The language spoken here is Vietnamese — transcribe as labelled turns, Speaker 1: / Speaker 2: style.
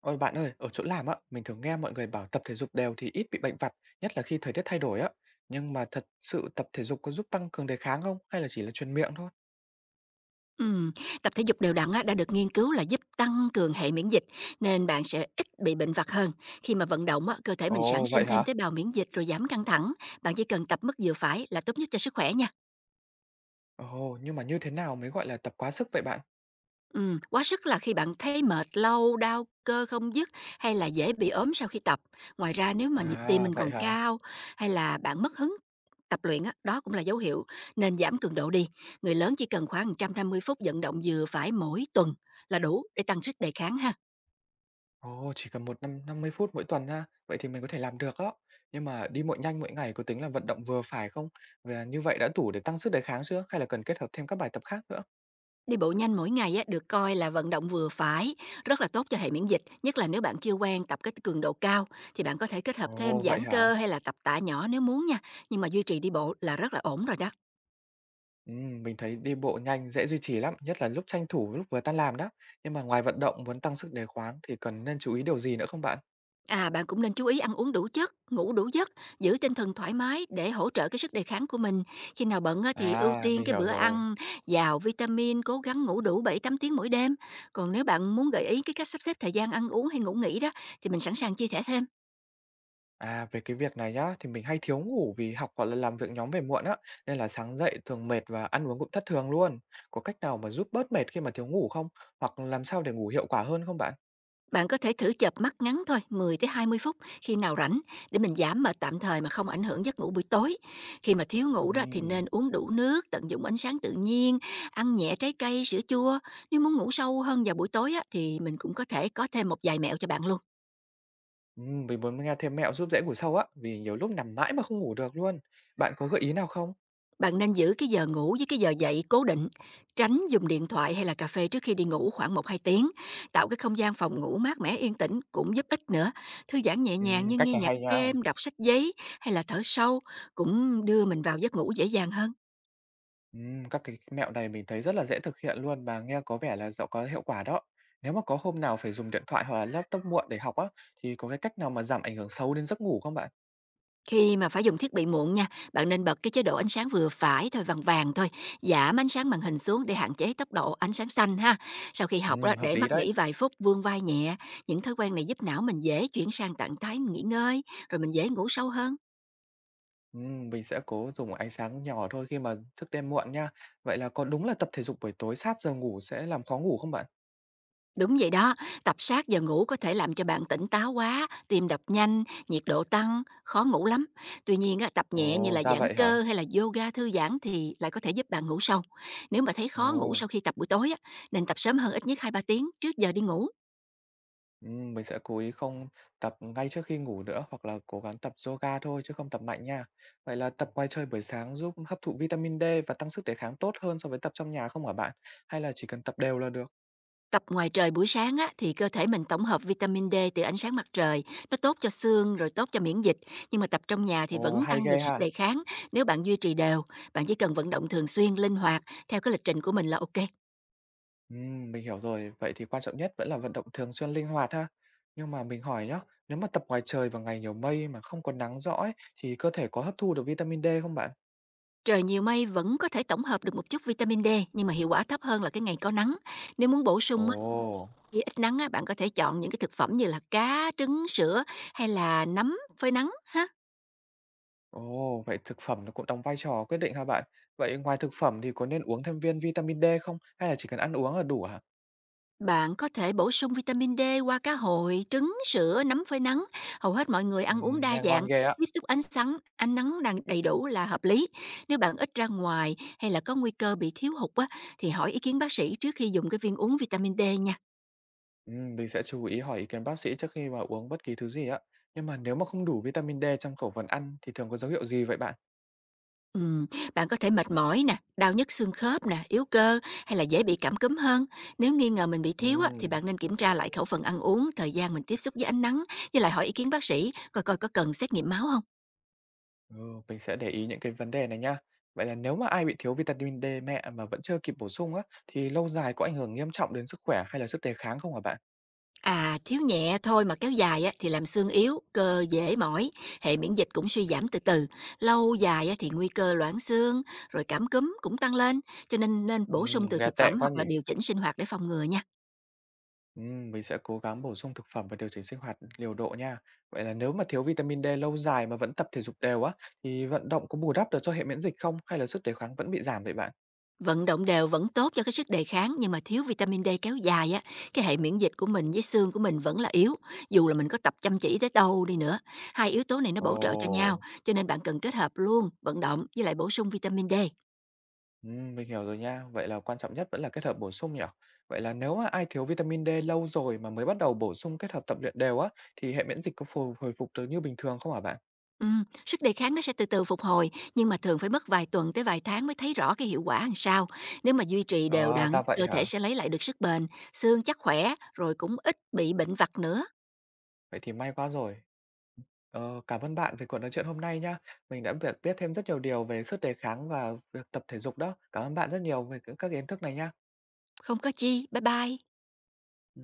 Speaker 1: Ôi bạn ơi, ở chỗ làm á, mình thường nghe mọi người bảo tập thể dục đều thì ít bị bệnh vặt, nhất là khi thời tiết thay đổi á. Nhưng mà thật sự tập thể dục có giúp tăng cường đề kháng không hay là chỉ là truyền miệng thôi?
Speaker 2: Ừm, Tập thể dục đều đặn á, đã được nghiên cứu là giúp tăng cường hệ miễn dịch, nên bạn sẽ ít bị bệnh vặt hơn. Khi mà vận động á, cơ thể mình sản
Speaker 1: Ồ,
Speaker 2: sinh
Speaker 1: vậy
Speaker 2: thêm
Speaker 1: hả?
Speaker 2: tế bào miễn dịch rồi giảm căng thẳng. Bạn chỉ cần tập mức vừa phải là tốt nhất cho sức khỏe nha.
Speaker 1: Ồ, nhưng mà như thế nào mới gọi là tập quá sức vậy bạn?
Speaker 2: Quá sức là khi bạn thấy mệt lâu, đau cơ không dứt hay là dễ bị ốm sau khi tập. Ngoài ra nếu mà nhịp tim
Speaker 1: À,
Speaker 2: mình
Speaker 1: vậy
Speaker 2: còn
Speaker 1: hả?
Speaker 2: cao hay là bạn mất hứng tập luyện á, đó cũng là dấu hiệu nên giảm cường độ đi. Người lớn chỉ cần khoảng 150 phút vận động vừa phải mỗi tuần là đủ để tăng sức đề kháng ha.
Speaker 1: Ồ, chỉ cần một năm 50 phút mỗi tuần ha, vậy thì mình có thể làm được á. Nhưng mà đi bộ nhanh mỗi ngày có tính là vận động vừa phải không? Và như vậy đã đủ để tăng sức đề kháng chưa hay là cần kết hợp thêm các bài tập khác nữa?
Speaker 2: Đi bộ nhanh mỗi ngày á, được coi là vận động vừa phải, rất là tốt cho hệ miễn dịch, nhất là nếu bạn chưa quen tập cái cường độ cao thì bạn có thể kết hợp thêm
Speaker 1: Ồ, vậy
Speaker 2: giãn cơ
Speaker 1: hả?
Speaker 2: hay là tập tạ nhỏ nếu muốn nha, nhưng mà duy trì đi bộ là rất là ổn rồi đó.
Speaker 1: Mình thấy đi bộ nhanh dễ duy trì lắm, nhất là lúc tranh thủ lúc vừa tan làm đó. Nhưng mà ngoài vận động muốn tăng sức đề kháng thì cần nên chú ý điều gì nữa không bạn?
Speaker 2: À, bạn cũng nên chú ý ăn uống đủ chất, ngủ đủ giấc, giữ tinh thần thoải mái để hỗ trợ cái sức đề kháng của mình. Khi nào bận á, thì ưu
Speaker 1: À,
Speaker 2: tiên
Speaker 1: mình
Speaker 2: cái
Speaker 1: hiểu
Speaker 2: bữa
Speaker 1: rồi.
Speaker 2: ăn giàu vitamin, cố gắng ngủ đủ 7 8 tiếng mỗi đêm. Còn nếu bạn muốn gợi ý cái cách sắp xếp thời gian ăn uống hay ngủ nghỉ đó, thì mình sẵn sàng chia sẻ thêm.
Speaker 1: À, về cái việc này nhá, thì mình hay thiếu ngủ vì học hoặc là làm việc nhóm về muộn á, nên là sáng dậy thường mệt và ăn uống cũng thất thường luôn. Có cách nào mà giúp bớt mệt khi mà thiếu ngủ không? Hoặc làm sao để ngủ hiệu quả hơn không bạn?
Speaker 2: Bạn có thể thử chợp mắt ngắn thôi, 10 tới 20 phút khi nào rảnh để mình giảm mệt tạm thời mà không ảnh hưởng giấc ngủ buổi tối. Khi mà thiếu ngủ đó thì
Speaker 1: Ừm,
Speaker 2: nên uống đủ nước, tận dụng ánh sáng tự nhiên, ăn nhẹ trái cây, sữa chua. Nếu muốn ngủ sâu hơn vào buổi tối á, thì mình cũng có thể có thêm một vài mẹo cho bạn luôn.
Speaker 1: mình muốn nghe thêm mẹo giúp dễ ngủ sâu á, vì nhiều lúc nằm mãi mà không ngủ được luôn. Bạn có gợi ý nào không?
Speaker 2: Bạn nên giữ cái giờ ngủ với cái giờ dậy cố định, tránh dùng điện thoại hay là cà phê trước khi đi ngủ khoảng 1 2 tiếng, tạo cái không gian phòng ngủ mát mẻ yên tĩnh cũng giúp ích nữa. Thư giãn nhẹ nhàng như
Speaker 1: Cách
Speaker 2: nghe
Speaker 1: này
Speaker 2: nhạc
Speaker 1: hay nha.
Speaker 2: êm, đọc sách giấy hay là thở sâu cũng đưa mình vào giấc ngủ dễ dàng hơn.
Speaker 1: Các cái mẹo này mình thấy rất là dễ thực hiện luôn và nghe có vẻ là dạo có hiệu quả đó. Nếu mà có hôm nào phải dùng điện thoại hoặc là laptop muộn để học á, thì có cái cách nào mà giảm ảnh hưởng xấu đến giấc ngủ không bạn?
Speaker 2: Khi mà phải dùng thiết bị muộn nha, bạn nên bật cái chế độ ánh sáng vừa phải thôi, vàng vàng thôi, giảm ánh sáng màn hình xuống để hạn chế tốc độ ánh sáng xanh ha. Sau khi học đó,
Speaker 1: Hợp
Speaker 2: để
Speaker 1: lý
Speaker 2: mắt
Speaker 1: đấy.
Speaker 2: nghỉ vài phút, vươn vai nhẹ, những thói quen này giúp não mình dễ chuyển sang trạng thái nghỉ ngơi, rồi mình dễ ngủ sâu hơn.
Speaker 1: Mình sẽ cố dùng ánh sáng nhỏ thôi khi mà thức đêm muộn nha. Vậy là có đúng là tập thể dục buổi tối sát giờ ngủ sẽ làm khó ngủ không bạn?
Speaker 2: Đúng vậy đó, tập sát giờ ngủ có thể làm cho bạn tỉnh táo quá, tim đập nhanh, nhiệt độ tăng, khó ngủ lắm. Tuy nhiên, á, tập nhẹ như
Speaker 1: Ồ,
Speaker 2: là
Speaker 1: ra
Speaker 2: giãn
Speaker 1: vậy hả?
Speaker 2: cơ hay là yoga thư giãn thì lại có thể giúp bạn ngủ sâu. Nếu mà thấy khó ngủ sau
Speaker 1: Ồ.
Speaker 2: khi tập buổi tối, á, nên tập sớm hơn ít nhất 2 3 tiếng trước giờ đi ngủ.
Speaker 1: Mình sẽ cố ý không tập ngay trước khi ngủ nữa, hoặc là cố gắng tập yoga thôi chứ không tập mạnh nha. Vậy là tập ngoài trời buổi sáng giúp hấp thụ vitamin D và tăng sức đề kháng tốt hơn so với tập trong nhà không hả bạn? Hay là chỉ cần tập đều là được?
Speaker 2: Tập ngoài trời buổi sáng á, thì cơ thể mình tổng hợp vitamin D từ ánh sáng mặt trời, nó tốt cho xương rồi tốt cho miễn dịch. Nhưng mà tập trong nhà thì
Speaker 1: Ồ,
Speaker 2: vẫn
Speaker 1: hay
Speaker 2: tăng được
Speaker 1: ghê
Speaker 2: sức
Speaker 1: ha.
Speaker 2: đề kháng nếu bạn duy trì đều. Bạn chỉ cần vận động thường xuyên, linh hoạt, theo cái lịch trình của mình là ok.
Speaker 1: Mình hiểu rồi. Vậy thì quan trọng nhất vẫn là vận động thường xuyên linh hoạt ha. Nhưng mà mình hỏi nhá, nếu mà tập ngoài trời vào ngày nhiều mây mà không có nắng rõ ấy, thì cơ thể có hấp thu được vitamin D không bạn?
Speaker 2: Trời nhiều mây vẫn có thể tổng hợp được một chút vitamin D, nhưng mà hiệu quả thấp hơn là cái ngày có nắng. Nếu muốn bổ sung á,
Speaker 1: Ồ.
Speaker 2: khi ít nắng á, bạn có thể chọn những cái thực phẩm như là cá, trứng, sữa hay là nấm phơi nắng ha.
Speaker 1: Ồ, vậy thực phẩm nó cũng đóng vai trò quyết định hả bạn? Vậy ngoài thực phẩm thì có nên uống thêm viên vitamin D không? Hay là chỉ cần ăn uống là đủ hả?
Speaker 2: Bạn có thể bổ sung vitamin D qua cá hồi, trứng, sữa, nấm phơi nắng. Hầu hết mọi người ăn uống đa
Speaker 1: Nghe ngon
Speaker 2: dạng,
Speaker 1: ghê á.
Speaker 2: tiếp xúc ánh sáng, ánh nắng đang đầy đủ là hợp lý. Nếu bạn ít ra ngoài hay là có nguy cơ bị thiếu hụt á, thì hỏi ý kiến bác sĩ trước khi dùng cái viên uống vitamin D nha.
Speaker 1: Mình sẽ chú ý hỏi ý kiến bác sĩ trước khi mà uống bất kỳ thứ gì á. Nhưng mà nếu mà không đủ vitamin D trong khẩu phần ăn thì thường có dấu hiệu gì vậy bạn?
Speaker 2: Ừm, Bạn có thể mệt mỏi nè, đau nhức xương khớp nè, yếu cơ hay là dễ bị cảm cúm hơn. Nếu nghi ngờ mình bị thiếu á, thì
Speaker 1: Ừm,
Speaker 2: bạn nên kiểm tra lại khẩu phần ăn uống, thời gian mình tiếp xúc với ánh nắng, với lại hỏi ý kiến bác sĩ coi coi có cần xét nghiệm máu không.
Speaker 1: ừ, mình sẽ để ý những cái vấn đề này nha. Vậy là nếu mà ai bị thiếu vitamin D mẹ mà vẫn chưa kịp bổ sung á, thì lâu dài có ảnh hưởng nghiêm trọng đến sức khỏe hay là sức đề kháng không hả bạn?
Speaker 2: À, thiếu nhẹ thôi mà kéo dài á, thì làm xương yếu, cơ dễ mỏi, hệ miễn dịch cũng suy giảm từ từ. Lâu dài á, thì nguy cơ loãng xương, rồi cảm cúm cũng tăng lên, cho nên nên bổ sung từ
Speaker 1: Nghe
Speaker 2: thực
Speaker 1: tệ
Speaker 2: phẩm
Speaker 1: quá
Speaker 2: hoặc là
Speaker 1: nhỉ?
Speaker 2: điều chỉnh sinh hoạt để phòng ngừa nha.
Speaker 1: Mình sẽ cố gắng bổ sung thực phẩm và điều chỉnh sinh hoạt liều độ nha. Vậy là nếu mà thiếu vitamin D lâu dài mà vẫn tập thể dục đều á, thì vận động có bù đắp được cho hệ miễn dịch không? Hay là sức đề kháng vẫn bị giảm vậy bạn?
Speaker 2: Vận động đều vẫn tốt cho cái sức đề kháng, nhưng mà thiếu vitamin D kéo dài á, cái hệ miễn dịch của mình với xương của mình vẫn là yếu, dù là mình có tập chăm chỉ tới đâu đi nữa. Hai yếu tố này nó
Speaker 1: Ừm.
Speaker 2: bổ trợ cho nhau,
Speaker 1: Ồ,
Speaker 2: cho nên bạn cần kết hợp luôn vận động với lại bổ sung vitamin D.
Speaker 1: mình hiểu rồi nha. Vậy là quan trọng nhất vẫn là kết hợp bổ sung nhỉ? Vậy là nếu mà ai thiếu vitamin D lâu rồi mà mới bắt đầu bổ sung kết hợp tập luyện đều á, thì hệ miễn dịch có hồi phục được như bình thường không hả bạn?
Speaker 2: Sức đề kháng nó sẽ từ từ phục hồi, nhưng mà thường phải mất vài tuần tới vài tháng mới thấy rõ cái hiệu quả làm sao. Nếu mà duy trì đều
Speaker 1: À,
Speaker 2: đặn,
Speaker 1: ra vậy
Speaker 2: cơ thể
Speaker 1: hả?
Speaker 2: sẽ lấy lại được sức bền, xương chắc khỏe, rồi cũng ít bị bệnh vặt nữa.
Speaker 1: Vậy thì may quá rồi. Ờ, cảm ơn bạn về cuộc nói chuyện hôm nay nhá. Mình đã được biết thêm rất nhiều điều về sức đề kháng và việc tập thể dục đó. Cảm ơn bạn rất nhiều về các cái kiến thức này nha.
Speaker 2: Không có chi, bye bye.